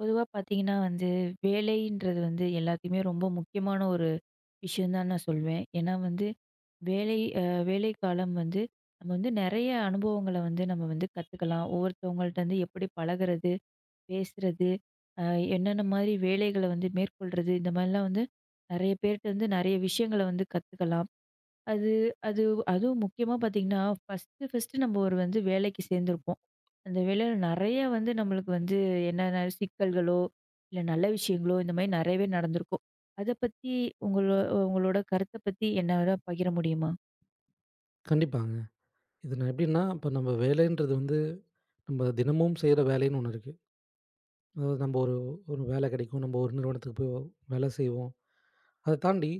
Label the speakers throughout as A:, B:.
A: பொதுவா பார்த்தீங்கன்னா வந்து, வேலைன்றது வந்து எல்லாத்துக்குமே ரொம்ப முக்கியமான ஒரு விஷயம் தான் நான் சொல்வேன். ஏன்னா வந்து வேலை அ வேலை காலம் வந்து நம்ம வந்து நெறைய அனுபவங்கள வந்து நம்ம வந்து கத்துக்கலாம். ஒவ்வொருத்தவங்கள்ட்டருந்து எப்படி பழகுறது, பேசுறது, அ என்னென்ன மாதிரி வேலைகள வந்து மேற்கொள்றது, இந்த மாரிலாம் வந்து நெறைய பேர்ட்ட வந்து நெறைய விஷயங்கள வந்து கத்துக்கலாம். அது அது அதுவும் முக்கியமா பார்த்தீங்கன்னா, ஃபர்ஸ்ட்டு ஃபர்ஸ்ட்டு நம்ம ஒரு வந்து வேலைக்கு சேர்ந்திருப்போம். அந்த வேலையில நெறைய வந்து நம்மளுக்கு வந்து என்னென்ன சிக்கல்களோ, இல்ல நல்ல விஷயங்களோ இந்த மாரி நெறையவே நடந்திருக்கும். அத பத்தி உங்களோ உங்களோட கருத்த பத்தி என்னோட பகிர முடியுமா?
B: கண்டிப்பாங்க. இது நான் எப்படின்னா, இப்ப நம்ம வேலைன்றது வந்து நம்ம தினமும் செய்ற வேலைன்னு ஒண்ணு இருக்கு. அதாவது நம்ம ஒரு ஒரு வேலை கிடைக்கும். நம்ம ஒரு நிறுவனத்துக்கு போய் வேலை செய்வோம். அத தாண்டி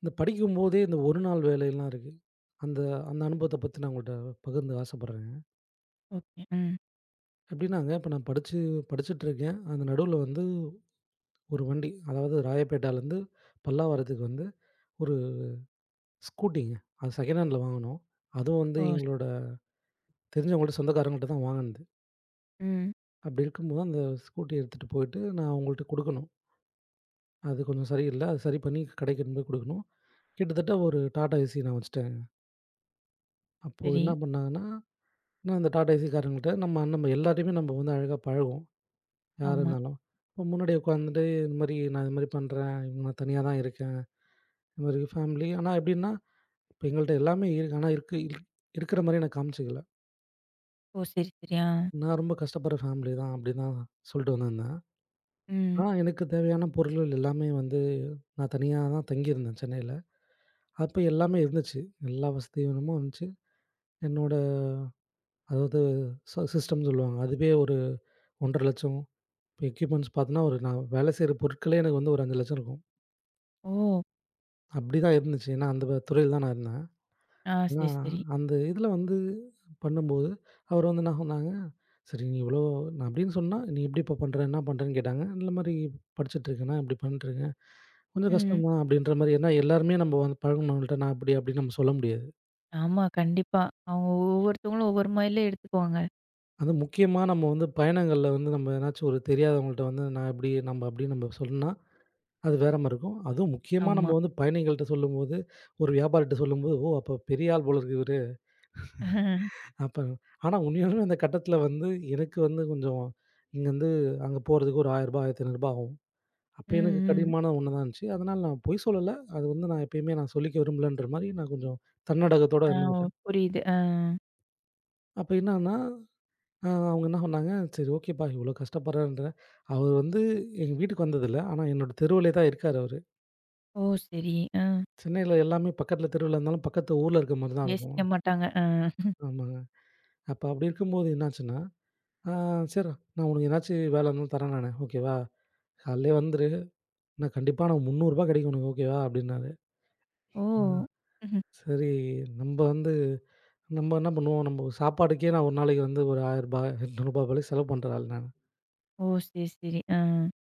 B: இந்த படிக்கும்போதே இந்த ஒரு நாள் வேலையெல்லாம் இருக்கு. அந்த அந்த அனுபவத்த பத்தி நான் உங்கள்ட்ட பகிர்ந்து ஆசைப்படுறேங்க.
A: ஓகே. ம்.
B: எப்படின்னாங்க, இப்ப நான் படிச்சுட்டுருக்கேன். அந்த நடுவுல வந்து ஒரு வண்டி, அதாவது ராயப்பேட்டாலேருந்து பல்லாவரத்துக்கு வந்து ஒரு ஸ்கூட்டிங்க. அது செகண்ட் ஹேண்ட்ல வாங்குனோம். அதுவும் வந்து
A: ஓ!
B: எங்களோட தெரிஞ்சவங்கள்ட்ட சொந்தக்காரங்கள்ட்ட தான் வாங்குனது.
A: ம்.
B: அப்படி இருக்கும்போது அந்த ஸ்கூட்டி எடுத்துட்டு போயிட்டு நான் அவங்கள்ட்ட குடுக்கணும். அது கொஞ்சம் சரியில்ல. அது சரி பண்ணி கடைக்கு எடுத்துன்னு போய் குடுக்கணும். கிட்டத்தட்ட ஒரு டாடா ஏசி நான் வச்சுட்டேன். அப்போ
A: சரி.
B: என்ன பண்ணாங்கன்னா, நான் அந்த டாடா ஏசிக்காரங்கள்ட்ட நம்ம நம்ம எல்லார்ட்டயுமே நம்ம வந்து அழகா பழகுவோம், யாரா
A: ஆமா.
B: இருந்தாலும். இப்போ முன்னாடி உட்காந்துட்டு இந்த மாரி நான் இது மாரி பண்றேன். நான் தனியா தான் இருக்கேன். இந்த மாரி ஃபேமிலி ஆனா எப்படின்னா, இப்போ எங்கள்ட்ட எல்லாமே இருக்கு. ஆனா இருக்கு இருக்கிற மாரி நான் காமிச்சுக்கல.
A: ஓ! சரி, சரி. ஆ.
B: நான் ரொம்ப கஷ்டப்படுற ஃபேமிலி தான் அப்படி தான் சொல்லிட்டு வந்திருந்தேன்.
A: ம்.
B: ஆனா எனக்கு தேவையான பொருள்கள் எல்லாமே வந்து நான் தனியா தான் தங்கியிருந்தேன் சென்னையில. அப்ப எல்லாமே இருந்துச்சு. எல்லா வசதிகளுமும் இருந்துச்சு. என்னோட அதாவது சிஸ்டம் சொல்லுவாங்க. அதுவே ஒரு 1,50,000. இப்ப எக்யூப்மென்ட்ஸ் பார்த்தோன்னா, ஒரு நான் வேலை செய்ற பொருட்களே எனக்கு வந்து ஒரு 5,00,000 இருக்கும்.
A: ஓ!
B: அப்படிதான் இருந்துச்சு. ஏன்னா அந்த துறையில தான் நான் இருந்தேன்.
A: ஆ
B: ஆனா
A: சரி, சரி.
B: அந்த இதுல வந்து பண்ணும்போது, அவர் வந்து என்ன சொன்னாங்க, "சரி நீ இவ்வளோ" நான் அப்படின்னு சொன்னா, "நீ எப்படிப்பா பண்ற? என்ன பண்றேன்னு?" கேட்டாங்க. "இந்த மாரி படிச்சுட்டுருக்கேண்ணா, இப்படி பண்ணிட்டுருக்கேன்." "கொஞ்சம்
A: ம்.
B: கஷ்டம் தான்" அப்படின்ற மாரி. ஏன்னா எல்லாருமே நம்ம வந்து பழகுனவங்கள்ட்ட நான் அப்படி அப்படின்னு நம்ம சொல்ல முடியாது.
A: ஆமா. கண்டிப்பா. அவங்க ஒவ்வொருத்தவங்களும் ஒவ்வொரு மாரில எடுத்துக்குவாங்க.
B: அதுவும் முக்கியமா நம்ம வந்து பயணங்கள்ல வந்து நம்ம எதனாச்சும் ஒரு தெரியாதவங்கள்ட்ட வந்து நான் இப்படி நம்ம அப்படி நம்ம சொன்னா, அது வேற மாரி இருக்கும். அதுவும் முக்கியமா
A: ஆமா.
B: நம்ம வந்து பயணிகள்ட்ட சொல்லும்போது, ஒரு வியாபாரிட்ட சொல்லும்போது, "ஓ! அப்ப பெரிய ஆள் போல இருக்கு இவரு." அப்ப ஆனா உண்மையாலுமே அந்த கட்டத்துல வந்து எனக்கு வந்து கொஞ்சம் இங்கருந்து அங்க போறதுக்கு ஒரு ரூ. 1000 ரூ. 1500 ஆகும். அப்ப
A: ம்,
B: எனக்கு
A: ம்.
B: கடினமான ஒண்ணா தான் இருந்துச்சு. அதனால நான் பொய் சொல்லல. அது வந்து நான் எப்பயுமே நான் சொல்லிக்க விரும்பலன்ற மாரி நான் கொஞ்சம் தன்னடகத்தோட
A: ஆ ஓ
B: இருந்துக்கிட்டேன்.
A: புரியுது. ஆ.
B: அப்ப என்னான்னா அவங்க என்ன சொன்னாங்க, "சரி ஓகேப்பா, இவ்வளோ கஷ்டப்படுறாருன்ற." அவர் வந்து எங்க வீட்டுக்கு வந்ததில்ல. ஆனா என்னோட தெருவுலே தான் இருக்காரு அவரு.
A: ஓ! சரி. ஆ.
B: சென்னையில எல்லாமே பக்கத்தில தெருவுல இருந்தாலும், பக்கத்து ஊர்ல இருக்க மாரி தான்
A: யோசிக்க
B: இருக்கும்.
A: மாட்டாங்க. ஆ.
B: ஆமாங்க. அப்ப அப்படி இருக்கும்போது என்னாச்சுன்னா, "ஆ சரி, நான் உனக்கு ஏதாச்சும் வேலை இருந்தாலும் தரேன் நானு. ஓகேவா? காலையிலே வந்துரு. நான் கண்டிப்பா நான் ரூ. 300 கிடைக்கும் உனக்கு. ஓகேவா?" அப்படின்னாரு.
A: ஓ!
B: ஆ
A: ம்ஹ்ம்.
B: சரி, நம்ம வந்து நம்ம என்ன பண்ணுவோம், நம்ம சாப்பாட்டுக்கே நான் ஒரு நாளைக்கு வந்து ஒரு ரூ. 1000 ரூ. 800 போல செலவு பண்ற ஆள் நானு.
A: ஓ! சரி, சரி. ஆ.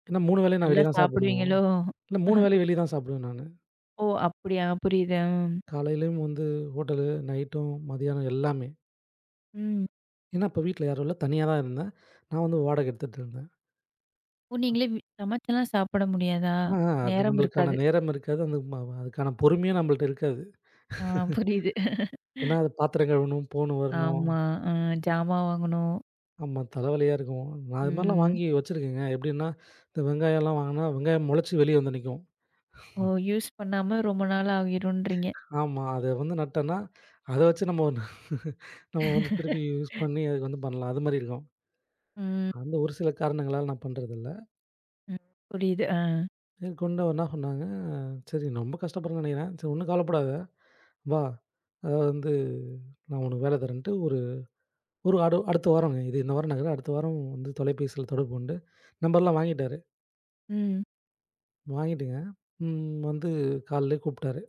B: ஏன்னா 3 வேளையும் நான்
A: நல்லா
B: வெளிய தான் சாப்பிடணும்.
A: சாப்பிடுவீங்களோ?
B: இல்ல 3 வேளையும் வெளிய தான் சாப்பிடுவேன் நானு.
A: ஓ! அப்படியா? புரியுது. ம்.
B: காலையிலயும் வந்து ஹோட்டலு, நைட்டும், மதியானம் எல்லாமே.
A: ம்.
B: ஏன்னா, அப்ப வீட்ல யாரும் இல்ல. தனியா தான் இருந்தேன். நான் வந்து வாடகை எடுத்துட்டு இருந்தேன்.
A: ஓ! நீங்களே வீ சமைச்செல்லாம் சாப்பிட முடியாதா?
B: ஆ, அது
A: நேரம்
B: நம்மளுக்கான
A: இருக்காது.
B: நேரம் இருக்காது. அந்த ம அதுக்கான பொறுமையும் நம்மள்ட்ட இருக்காது.
A: ஆ புரியுது.
B: ஏன்னா, அது பாத்திரம் கழுவணும், போணும், வரணும்.
A: ஆமா. ஆ ஜாமான் வாங்கணும்.
B: ஆமா, தலைவலியா இருக்கும். நான் அது மாரிலாம்
A: ம்.
B: வாங்கி வச்சிருக்கேங்க. எப்படின்னா, இந்த வெங்காயம்லாம் வாங்குனா, வெங்காயம் முளைச்சு வெளிய வந்து நிக்கும்.
A: ஓ! யூஸ் பண்ணாம ரொம்ப நாள் ஆகிரும்ன்றீங்க.
B: ஆமா, அத வந்து நட்டோம்னா, அத வச்சு நம்ம ஒண்ணு நம்ம வந்து திருப்பி யூஸ் பண்ணி அதுக்கு வந்து பண்ணலாம். அது மாரி இருக்கும்.
A: ம்.
B: அந்த ஒரு சில காரணங்களால நான் பண்றதில்ல.
A: ம். புரியுது. ஆ.
B: மேற்கொண்டு அவர் என்ன பண்ணாங்க, "சரி நீ ரொம்ப கஷ்டப்படுறேன்னு நெனைக்கிறேன். சரி ஒண்ணும் கவலைப்படாத. வா! அதாவது வந்து நான் உனக்கு வேலை தரேன்ட்டு" ஒரு ஒரு அடுத்த வாரங்க. இது இந்த வாரம் நடக்குது. அடுத்த வாரம் வந்து தொலைபேசியில தொடர்பு கொண்டு நம்பர்லாம் வாங்கிட்டாரு.
A: ம்.
B: வாங்கிட்டுங்க, வந்து காலையிலேயே கூப்பிட்டாரு.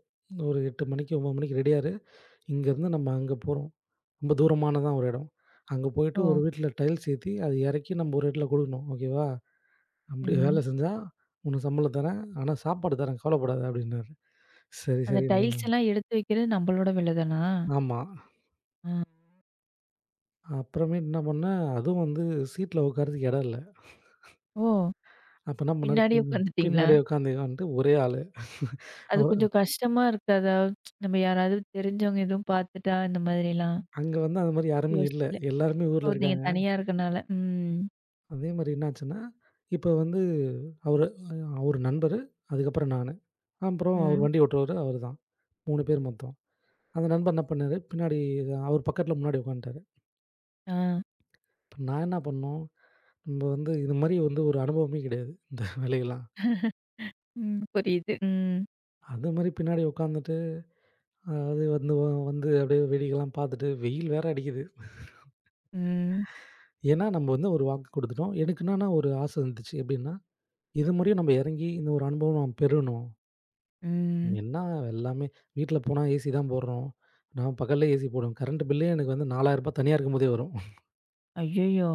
B: ஒரு 8 மணிக்கு 9 மணிக்கு ரெடியா இரு. இங்கேருந்து நம்ம அங்க போறோம். ரொம்ப தூரமானதான் ஒரு இடம். அங்க போயிட்டு ஒரு
A: ஓ!
B: வீட்ல டைல்ஸ் ஏத்தி, அத எறக்கி நம்ம ஒரு இடத்துல குடுக்கணும். ஓகேவா? அப்படி
A: ம்.
B: வேலை செஞ்சா உனக்கு சம்பளம் தரேன். ஆனா சாப்பாடு தரேன். கவலைப்படாத" அப்படின்னாரு. சரி,
A: அந்த
B: சரி.
A: டைல்ஸ் எல்லாம் எடுத்து வைக்கிறது நம்மளோட வேலை தானா?
B: ஆமா.
A: ஆ.
B: அப்புறமேட்டு என்ன பண்ணேன், அதுவும் வந்து சீட்ல உட்கார்றதுக்கு இடம் இல்ல.
A: ஓ!
B: அப்ப என்ன பண்ணாரு,
A: பின்னாடியே உட்காந்துட்டீங்களா?
B: பின்னாடி உட்காந்து வந்துட்டு ஒரே ஆளு.
A: அது
B: அவரு
A: கொஞ்சம் கஷ்டமா இருக்காதா? நம்ம யாராவது தெரிஞ்சவங்க எதுவும் பார்த்துட்டா, இந்த மாதிரிலாம்
B: அங்க வந்து அந்த மாரி யாருமே இல்ல.
A: யோசிக்கல.
B: எல்லாருமே
A: ஓ!
B: ஊர்ல
A: நீங்க
B: இருக்காங்க.
A: தனியா இருக்கனால. ம்.
B: அதே மாரி என்னாச்சுன்னா, இப்ப வந்து அவரு அவரு நண்பரு, அதுக்கப்புறம் நானு. அப்புறம் அவரு
A: ம்.
B: வண்டி ஓட்டுறவரு அவரு தான். 3 பேர் மொத்தம். அந்த நண்பர் என்ன பண்ணாரு, பின்னாடி அவரு பக்கத்துல முன்னாடி உட்காந்துட்டாரு.
A: ஆ.
B: நான் என்ன பண்ணோம், நம்ம வந்து இது மாரி வந்து ஒரு அனுபவமே கிடையாது, இந்த வேலையெல்லாம்.
A: ம். புரியுது. ம்.
B: அது மாரி பின்னாடி உட்காந்துட்டு அது வந்து வந்து அப்படியே வேடிக்கைலாம் பார்த்துட்டு, வெயில் வேற அடிக்குது.
A: ம்.
B: ஏன்னா, நம்ம வந்து ஒரு வாக்கு குடுத்துட்டோம். எனக்கு என்னன்னா ஒரு ஆசை இருந்துச்சு. எப்படின்னா, இது மாரியும் நம்ம இறங்கி இந்த ஒரு அனுபவம் நம்ம பெறணும்.
A: ம்.
B: நம்ம என்ன எல்லாமே வீட்ல போனா ஏசி தான் போடுறோம். நான் பகல்ல ஏசி போடுவேன். கரண்ட் பில்லே எனக்கு வந்து ரூ. 4000 தனியா இருக்கும்போதே வரும்.
A: ஐயய்யோ!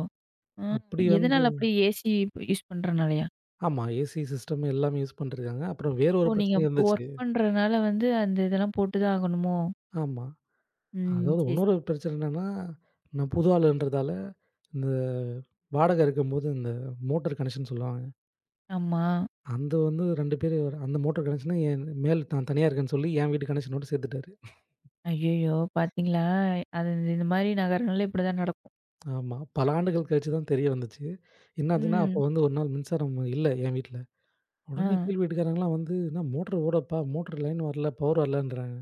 A: ஆ
B: அப்படி வந்து
A: எதனால அப்படி ஏசி யூஸ் பண்றனாலயா?
B: ஆமா. ஏசி சிஸ்டம் எல்லாமே யூஸ் பண்ணிட்டுருக்காங்க. அப்புறம் வேற
A: ஓ!
B: ஒரு
A: நீங்க
B: பிரச்சனையும்
A: ஒர்க்
B: இருந்துச்சு.
A: பண்றனால வந்து அந்த இதெல்லாம் போட்டு தான் ஆகணுமோ?
B: ஆமா.
A: ம்.
B: அதாவது
A: சரி,
B: இன்னொரு
A: சரி.
B: பிரச்சனை என்னன்னா, நான் புது ஆளுன்றதால, இந்த வாடகை இருக்கும்போது இந்த மோட்டார் கனெக்ஷன் சொல்லுவாங்க.
A: ஆமா.
B: அந்த வந்து 2 பேரு அந்த மோட்டார் கனெக்ஷன என் மேல் நான் தனியா இருக்கேன்னு சொல்லி என் வீட்டு கனெக்ஷனோட சேர்த்துட்டாரு.
A: ஐயய்யோ! பார்த்தீங்களா? அது இந்த மாரி நகரங்கள்ல இப்படிதான் நடக்கும்.
B: ஆமா. பல ஆண்டுகள் கழிச்சு தான் தெரிய வந்துச்சு. என்னாச்சுன்னா, அப்போ
A: ம்.
B: வந்து ஒரு நாள் மின்சாரம் இல்ல என் வீட்ல. உடனே
A: ஆ.
B: கீழ் வீட்டுக்காரங்கலாம் வந்து, "என்ன மோட்டர் ஓடப்பா, மோட்டர் லைன் வரல, பவர் வரலன்றாங்க."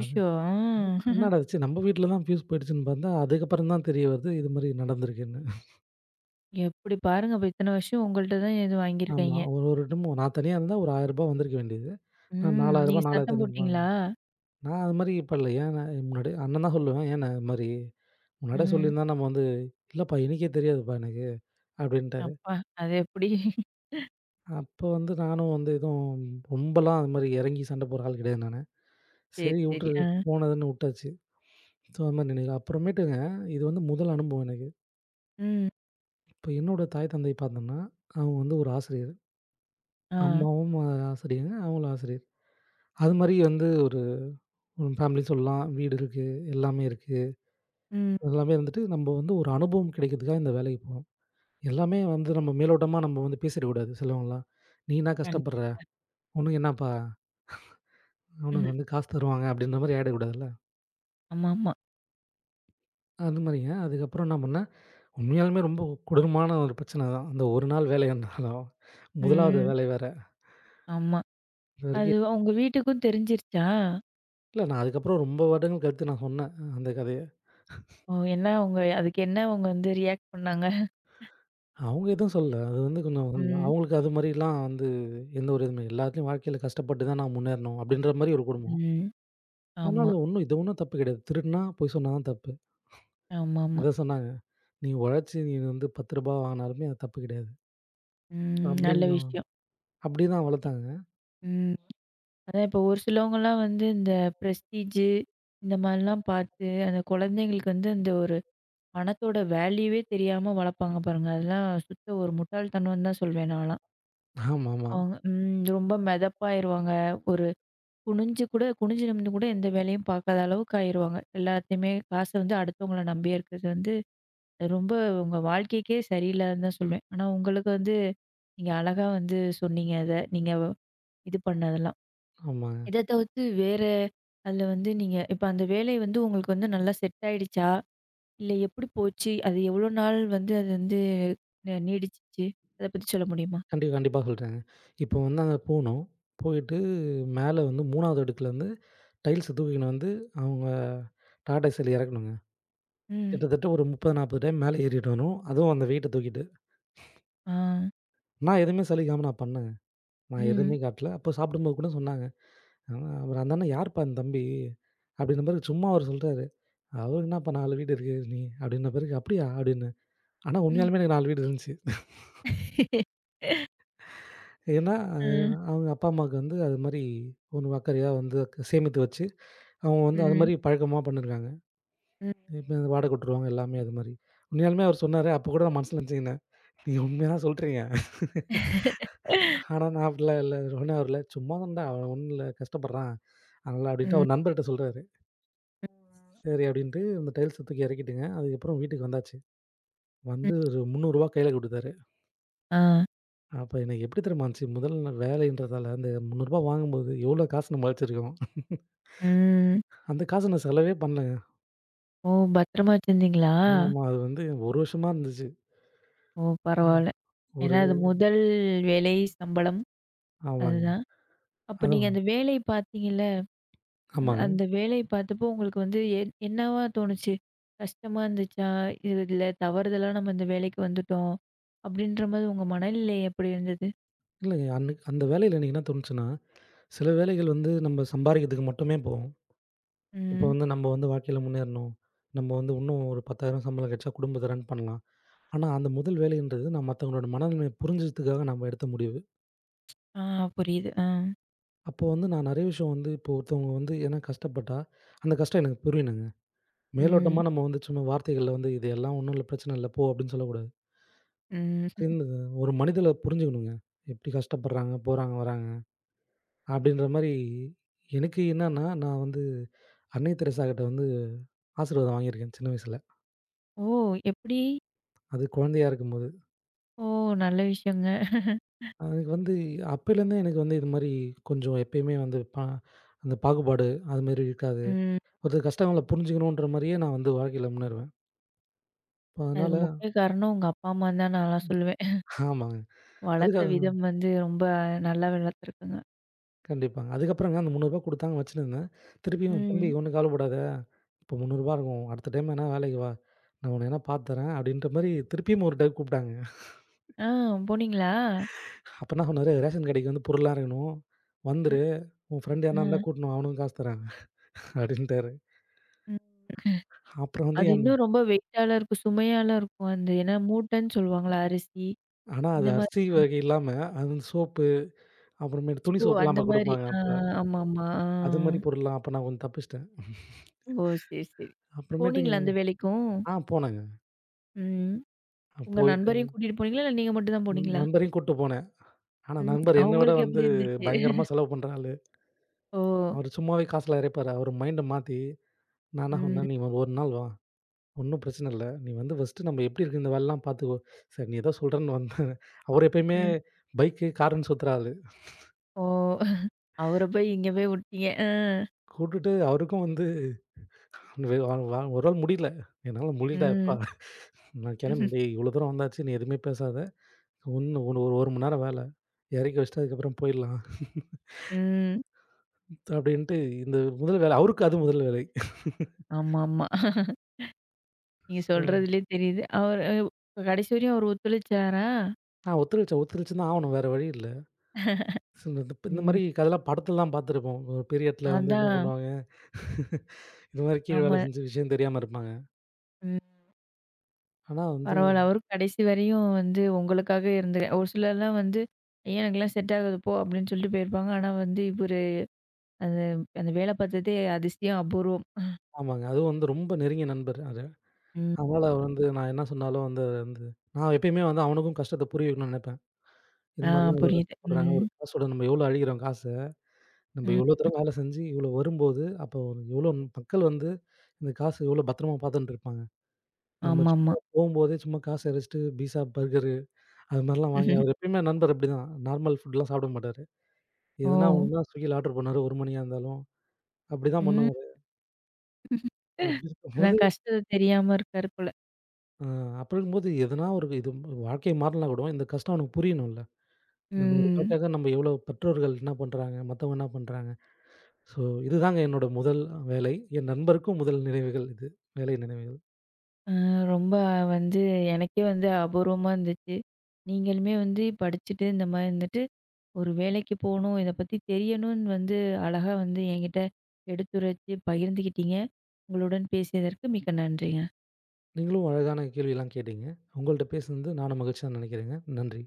B: அது
A: ஆ
B: அதுக்கு என்னடா ஆச்சு? நம்ம வீட்ல தான் ஃபியூஸ் போயிடுச்சுன்னு பார்த்தா, அதுக்கப்புறம் தான் தெரிய வருது இது மாரி நடந்திருக்குன்னு.
A: எப்படி பாருங்க அப்ப இத்தன வருஷம் உங்கள்ட்ட தான் இது
B: ஆமா.
A: வாங்கியிருக்காய்ங்க.
B: ஒரு ஒரு டைம் நான் தனியா இருந்தா ஒரு ரூ. 1000 வந்திருக்க வேண்டியது. நான் ரூ.
A: ம்.
B: 4000
A: நீங்க
B: ரூ.
A: சத்தம்
B: 4500.
A: போட்டீங்களா?
B: நான் அது மாரி பண்ணல. ஏன் நான் முன்னாடி அண்ணன் தான் சொல்லுவேன், "ஏன் நான் இது மாரி முன்னாடியே
A: ம்.
B: சொல்லியிருந்தா நம்ம வந்து, 'இல்லப்பா எனக்கே தெரியாதுப்பா எனக்கு'" அப்படின்ட்டாரு.
A: அப்பா! அது எப்படி?
B: அப்போ வந்து நானும் வந்து எதுவும் ரொம்பலாம் அது மாரி இறங்கி சண்டை போடுற ஆள் கிடையாது நானு.
A: சரி,
B: சரி
A: சரி.
B: விட்ரு
A: ஆ.
B: போனதுன்னு விட்டாச்சு. ஸோ அது மாரி நினைவு. அப்புறமேட்டுங்க இது வந்து முதல் அனுபவம் எனக்கு.
A: ம்.
B: இப்போ என்னோட தாய் தந்தை பார்த்தோம்னா, அவங்க வந்து ஒரு ஆசிரியர்.
A: ஆ.
B: அம்மாவும் ஆசிரியர், அவங்களும் ஆசிரியர். அது மாரி வந்து ஒரு ஃபேமிலி சொல்லலாம். வீடு இருக்கு, எல்லாமே இருக்கு.
A: ம்.
B: எல்லாமே இருந்துட்டு நம்ம வந்து ஒரு அனுபவம் கிடைக்கிறதுக்காக இந்த வேலைக்கு போறோம். எல்லாமே வந்து நம்ம மேலோட்டமா நம்ம வந்து பேசிடக்கூடாது சிலவங்கலாம். "நீ என்ன
A: கண்
B: கஷ்டப்படுற? உனக்கு என்னப்பா?
A: ம்ஹ்ம்.
B: அவனுக்கு வந்து காசு தருவாங்க" அப்படின்ற மாரி ஆயிடக்கூடாதுல்ல.
A: ஆமாமா.
B: அந்த மாரிங்க. அதுக்கப்புறம் என்ன பண்ணேன், உண்மையாலுமே ரொம்ப கொடூரமான ஒரு பிரச்சனை தான். அந்த ஒரு நாள் வேலையானாலும், முதலாவது
A: ம்.
B: வேலை வேற.
A: ஆமா. அது
B: இதுவரைக்கும்
A: உங்க வீட்டுக்கும் தெரிஞ்சிருச்சா?
B: இல்ல, நான் அதுக்கப்புறம் ரொம்ப வருடங்கள் கழித்து நான் சொன்னேன் அந்த கதைய.
A: ஓ! என்ன அவங்க அதுக்கு என்ன அவங்க வந்து ரியாக்ட் பண்ணாங்க?
B: அவங்க எதுவும் சொல்லல. அது வந்து கொஞ்சம்
A: ம்.
B: அவங்களுக்கு அது மாரிலாம் வந்து எந்த ஒரு இதுவுமே எல்லாத்துலயும் வாழ்க்கையில கஷ்டப்பட்டு தான் நான் முன்னேறணும் அப்படின்ற மாரி ஒரு குடும்பம்.
A: ம்.
B: அதனால
A: ஆமா.
B: ஒண்ணும் இது ஒண்ணும் தப்பு கிடையாது. திருடுனா பொய் சொன்னா தான் தப்பு.
A: ஆமாமா.
B: அதான் சொன்னாங்க. "நீ உழைச்சு நீ வந்து ரூ. 10 வாங்குனாலுமே அது தப்பு கிடையாது."
A: ம். நல்ல
B: அப்படின்னு
A: விஷயம்.
B: அப்படிதான் வளர்த்தாங்க.
A: ம். அதான் இப்போ ஒரு சிலவங்கலாம் வந்து இந்த பிரஸ்டீஜு இந்த மாதிரிலாம் பார்த்து, அந்த குழந்தைங்களுக்கு வந்து அந்த ஒரு பணத்தோட வேல்யூவே தெரியாம வளர்ப்பாங்க பாருங்க. அதெல்லாம் சுத்த ஒரு முட்டாள்தனம்னு தான் சொல்வேன் நான்லாம்.
B: ஆமாமா.
A: அவங்க ம் ரொம்ப மெதப்பாயிருவாங்க. ஒரு குனிஞ்சு கூட குனிஞ்சு நிமிந்து கூட எந்த வேலையும் பார்க்காத அளவுக்கு ஆயிருவாங்க. எல்லாத்தையுமே காச வந்து அடுத்தவங்கள நம்பியே இருக்கிறது வந்து அது ரொம்ப உங்க வாழ்க்கைக்கே சரியில்லாதுன்னு தான் சொல்வேன். ஆனா உங்களுக்கு வந்து நீங்க அழகா வந்து சொன்னீங்க அத. நீங்க இது பண்ணதெல்லாம்.
B: ஆமாங்க.
A: இத தவிர்த்து வேற அதுல வந்து நீங்க இப்ப அந்த வேலை வந்து உங்களுக்கு வந்து நல்லா செட் ஆயிடுச்சா? இல்ல எப்படி போச்சு? அது எவ்வளோ நாள் வந்து அது வந்து நீடிச்சுச்சு? அத பத்தி சொல்ல முடியுமா?
B: கண்டிப்பா, கண்டிப்பா சொல்றேங்க. இப்போ வந்து அங்க போனோம். போயிட்டு மேல வந்து 3வது அடுக்குலேருந்து டைல்ஸ தூக்கின்னு வந்து அவங்க டாடா ஏஸ்ல இறக்கணுங்க.
A: ம்.
B: கிட்டத்தட்ட ஒரு 30, 40 டைம் மேல ஏறிட்டு வரணும், அதுவும் அந்த வெயிட்ட தூக்கிட்டு.
A: ஆ.
B: நான் எதுவுமே சலிக்காம நான் பண்ணேங்க. நான்
A: ம்.
B: எதுவுமே காட்டல. அப்போ சாப்பிடும்போது கூட சொன்னாங்க. அ அப்புறம் அந்த அண்ணா "யார்ப்பா இந்த தம்பி?" அப்படின்ன பிறகு சும்மா அவரு சொல்றாரு. "அவரு என்னப்பா 4 வீடு இருக்கு நீ" அப்படின்ன பிறகு "அப்படியா?" அப்படின்னு. ஆனா
A: ம்.
B: உண்மையாலுமே எனக்கு 4 வீடு இருந்துச்சு. ஏன்னா,
A: ம்.
B: அவங்க அப்பா, அம்மாவுக்கு வந்து அது மாரி ஒரு அக்கறையா வந்து சேமித்து வச்சு, அவங்க வந்து அது
A: ம்.
B: மாரி பழக்கமா பண்ணியிருக்காங்க.
A: ம்.
B: இப்ப வாடகை விட்டுருவாங்க எல்லாமே அது மாரி. உண்மையாலுமே அவர் சொன்னாரு. அப்ப கூட நான் மனசுல நினச்சுக்கினேன், நீங்க உண்மையா தான் சொல்றீங்க. ஆனா நான் அப்படிலாம் இல்ல. உடனே அவர்ல சும்மா தான்டா அவன் ஒண்ணும் இல்ல கஷ்டப்படுறான். அதனால அப்படின்ட்டு
A: ம்.
B: அவர் நண்பர்ட்ட சொல்றாரு. சரி அப்படின்ட்டு அந்த டைல்ஸ தூக்கி இறக்கிட்டுங்க. அதுக்கப்புறம் வீட்டுக்கு வந்தாச்சு.
A: ம்.
B: வந்து ஒரு ரூ. 300 கையில குடுத்தாரு.
A: ஆ.
B: அப்ப எனக்கு எப்படி தெரியுமா இருந்துச்சு. முதல் வேலைன்றதால அந்த ரூ. 300 வாங்கும்போது எவ்வளோ காசு நம்ம வச்சிருக்கோம்.
A: ம்.
B: அந்த காச நான் செலவே பண்ணல.
A: ஓ! பத்திரமா வச்சிருந்தீங்களா?
B: ஆமா. அது வந்து 1 வருஷமா இருந்துச்சு.
A: ஓ!
B: ம்.
A: பரவால்ல.
B: ஒரு
A: ஏன்னா அது முதல் வேலை சம்பளம்.
B: ஆமாங்க.
A: அதுதான். அப்ப நீங்க
B: அதான்.
A: அந்த வேலை பார்த்தீங்கல்ல? அந்த
B: ஆமாங்க.
A: அந்த வேலைய பார்த்தப்போ உங்களுக்கு வந்து என்னவா தோணுச்சு? கஷ்டமா இருந்துச்சா? "இதுல தவறுதலா நம்ம இந்த வேலைக்கு வந்துட்டோம்." அப்படின்ற மாரி உங்க மனநிலை எப்படி இருந்தது?
B: இல்ல அன்னைக்கு அந்த வேலையில எனக்கு என்ன தோணுச்சுன்னா, சில வேலைகள் வந்து நம்ம சம்பாரிக்கிறதுக்கு மட்டுமே போகும். இப்போ
A: ம்.
B: வந்து நம்ம வந்து வாழ்க்கையில முன்னேறணும். நம்ம வந்து இன்னும் ஒரு 10,000 சம்பளம் கிடைச்சா குடும்பத்த ரன் பண்ணலாம். ஆனா அந்த முதல் வேலைன்றது நான் மத்தவங்களோட மனநிலைமைய புரிஞ்சதுக்காக நம்ம எடுத்த முடிவு.
A: ஆ புரியுது. ஆ.
B: அப்போ வந்து நான் நெறைய விஷயம் வந்து இப்போ ஒருத்தவங்க வந்து ஏன்னா கஷ்டப்பட்டா, அந்த கஷ்டம் எனக்கு புரியணுங்க.
A: ம்.
B: மேலோட்டமா நம்ம வந்து சும்மா வார்த்தைகள்ல வந்து "இது எல்லாம் ஒண்ணும் இல்ல, பிரச்சனை இல்ல போ" அப்படின்னு சொல்லக்கூடாது.
A: ம்.
B: தெரிந்தது. ஒரு மனிதல புரிஞ்சுக்கணுங்க. எப்டி கஷ்டப்படுறாங்க, போறாங்க, வராங்க. அப்டின்ற மாரி எனக்கு என்னன்னா, நான் வந்து அன்னை தெரசா கிட்ட வந்து ஆசீர்வாதம் வாங்கியிருக்கேன் சின்ன வயசுல.
A: ஓ! எப்படி?
B: அது குழந்தையா இருக்கும்போது.
A: ஓ! நல்ல விஷயங்க.
B: எனக்கு வந்து அப்பைலேருந்தே எனக்கு வந்து இது மாரி கொஞ்சம் எப்பயுமே வந்து அந்த பாகுபாடு அது மாரி இருக்காது.
A: ம்.
B: ஒருத்தர் கஷ்டங்கள புரிஞ்சுக்கணுன்ற மாரியே நான் வந்து வாழ்க்கையில முன்னேறுவேன். இப்ப
A: அதுக்கு
B: அதனால
A: முக்கிய காரணம் உங்க அப்பா, அம்மான்னு தான் நான்லாம் சொல்லுவேன்.
B: ஆமாங்க. அதுக்கு
A: வளர்த்த விதம் வந்து ரொம்ப நல்லா வளர்த்துருக்குங்க.
B: கண்டிப்பாங்க. அதுக்கப்புறங்க அந்த ரூ. 300 குடுத்தாங்க வச்சிருந்தேன். திருப்பியும் "தம்பி
A: ம்.
B: ஒண்ணும் கவலைப்படாத. இப்போ ரூ. 300 இருக்கும். அடுத்த டைம் வேணா வேலைக்கு வா. நான் உன்ன வேணா பார்த்து தரேன்" அப்படின்ற மாரி திருப்பியும் ஒரு டைம் கூப்பிட்டாங்க.
A: ஆ போனீங்களா?
B: அப்ப என்ன சொன்னாரு, "ரேஷன் கடைக்கு வந்து பொருள்லாம் இறக்கணும்.
A: ம்.
B: வந்துரு. உன் ஃப்ரெண்ட் யாருனா இருந்தா
A: ம்.
B: கூட்டின்னு வா. அவனுக்கும் காசு தர்றேன்" அப்படின்ட்டாரு. அப்புறம் வந்து
A: அது
B: என்
A: இன்னும் ரொம்ப வெயிட்டால இருக்கும். சுமையால இருக்கும். அந்த ஏன்னா மூட்டைன்னு சொல்லுவாங்கல்ல அரிசி,
B: ஆனா அது
A: இந்த மாரி
B: அரிசி வகை இல்லாம அது வந்து சோப்பு, அப்புறமேட்டு துணி
A: ஓ!
B: சோப்புலாம்
A: அந்த
B: அப்ப
A: மாரி.
B: குடுப்பாங்க
A: ஆ
B: அப்ப.
A: ஆமாமா. ஆ.
B: அது மாரி பொருள்லாம் அப்ப நான் கொஞ்சம் தப்பிச்சுட்டேன்.
A: ஓ! சரி, சரி. போனீங்களா
B: அப்புறமேட்டுங்க
A: அந்த வேலைக்கும்?
B: ஆ போனேங்க.
A: ம். உங்க
B: போயிட்டு
A: நண்பரையும் கூட்டிட்டு போனீங்களா? இல்ல நீங்க மட்டும் தான் போனீங்களா?
B: நண்பரையும் கூட்டு போனேன். ஆனா,
A: ம்.
B: நண்பர் என்ன விட
A: அவங்களுக்கு
B: வந்து
A: எப்படி இருந்துச்சு?
B: பயங்கரமா செலவு பண்ற ஆளு.
A: ஓ!
B: அவரு சும்மாவே காசுலாம் இறைப்பாரு. அவரு மைண்ட மாத்தி, நான் என்ன
A: ம்,
B: சொன்னேன், "நீ ஒரு நாள் வா. ஒண்ணும் பிரச்சனை இல்ல. நீ வந்து ஃபர்ஸ்ட்டு நம்ம எப்படி இருக்கு இந்த வேலைலாம் பார்த்துக்கோ. சரி, நீ ஏதோ சொல்றன்னு வந்தேன்." அவரு எப்பயுமே
A: ம்.
B: பைக்கு, காருன்னு சுத்துற ஆளு.
A: ஓ! அவர போய் இங்க போய் விட்டீங்க. ஆ.
B: கூட்டுட்டு அவருக்கும் வந்து வே வ வ ஒரு நாள் முடியல. "என்னால முடியலடா எப்பா!
A: ம்.
B: நான் கிளம்பி டேய் இவ்வளோ தூரம் வந்தாச்சு. நீ எதுவுமே பேசாத. ஒண்ணு ஒரு 1 மணி நேரம் வேலை. இறக்கி வச்சுட்டு அதுக்கப்புறம் போயிடலாம்."
A: ம்.
B: அப்படின்ட்டு இந்த முதல் வேலை, அவருக்கு அது முதல் வேலை.
A: ஆமாமா. நீங்க
B: ஸோ
A: சொல்றதுலயே தெரியுது. அவரு கடைசி வரையும் அவரு ஒத்துழைச்சாரா?
B: ஆ ஒத்துழைச்சு ஒத்துழைச்சு தான் ஆவணும். வேற வழி இல்ல. இந்த
A: ம்.
B: மாரி அதெல்லாம் படத்துல தான் பார்த்துருப்போம். ஒரு பெரிய இடத்துல வந்து என்ன
A: அதான்.
B: பண்ணுவாங்க, இது மாரி கீழ
A: ஆமா.
B: வேலை செஞ்சு விஷயம் தெரியாம இருப்பாங்க.
A: ம்.
B: ஆனா வந்து
A: பரவால்ல. அவரும் கடைசி வரையும் வந்து உங்களுக்காக இருந்து ஒரு சிலர்லாம் வந்து, "ஐய எனக்கெல்லாம் செட் ஆகாது போ" அப்படின்னு சொல்லிட்டு போயிருப்பாங்க. ஆனா வந்து இவரு அந்த அந்த வேலை பார்த்ததே அதிசயம், அபூர்வம்.
B: ஆமாங்க. அதுவும் வந்து ரொம்ப நெருங்கிய நண்பர் அது.
A: ம்.
B: அதனால வந்து நான் என்ன சொன்னாலும் வந்து வந்து நான் எப்பயுமே வந்து அவனுக்கும் கஷ்டத்த புரிய வைக்கணும்னு நெனைப்பேன். இது
A: ஆ
B: மாரிலாம் இவ்வளோ
A: புரியுது.
B: கஷ்டப்படுறாங்க.
A: ம்.
B: ஒரு காசோட நம்ம எவ்வளோ அழிக்கிறோம் காச. நம்ம எவ்வளோ
A: ம்.
B: தூரம் வேலை செஞ்சு இவ்வளோ வரும்போது, அப்போ எவ்வளோ மக்கள் வந்து இந்த காசு எவ்வளோ பத்திரமா பார்த்துன்ட்டு இருப்பாங்க. நம்ம
A: ஆமாமா.
B: சும்மா போம்போதே சும்மா காச எரிச்சுட்டு பீஸா, பர்கரு அது மாரிலாம் வாங்கி அவரு எப்பயுமே நண்பர் அப்படிதான். நார்மல் ஃபுட்லாம் சாப்பிட மாட்டாரு.
A: ஓ!
B: எதுனா ஒண்ணுனா Swiggyல ஆர்டர் பண்ணுவாரு 1 மணியா இருந்தாலும். அப்படிதான்
A: ம்.
B: பண்ணுவாரு. அப்படி
A: அதான்
B: இருக்கும்போது
A: கஷ்டத்த தெரியாம இருக்காரு போல.
B: அ அப்படி இருக்கும்போது எதனா ஒரு இது வாழ்க்கை மாறலனா கூட இந்த கஷ்டம் அவனுக்கு புரியணும்ல. இந்த ரூ.
A: ம்.
B: 100க்காக நம்ம எவ்வளோ பெற்றோர்கள் என்ன பண்றாங்க, மத்தவங்க என்ன பண்றாங்க. ஸோ இதுதாங்க என்னோட முதல் வேலை. என் நண்பருக்கும் முதல் நினைவுகள் இது. வேலை நினைவுகள்.
A: அ ரொம்ப வந்து எனக்கே வந்து அபூர்வமா இருந்துச்சு. நீங்களுமே வந்து படிச்சுட்டு இந்த மாரி இருந்துட்டு ஒரு வேலைக்கு போணும், இத பத்தி தெரியணும்னு வந்து அழகா வந்து என்கிட்ட எடுத்துரைச்சு பகிர்ந்துக்கிட்டீங்க. உங்களுடன் பேசியதற்கு மிக்க நன்றிங்க.
B: நீங்களும் அழகான கேள்விலாம் கேட்டீங்க. உங்கள்ட்ட பேசுனது நானும் மகிழ்ச்சியா நினைக்கிறேங்க. நன்றி.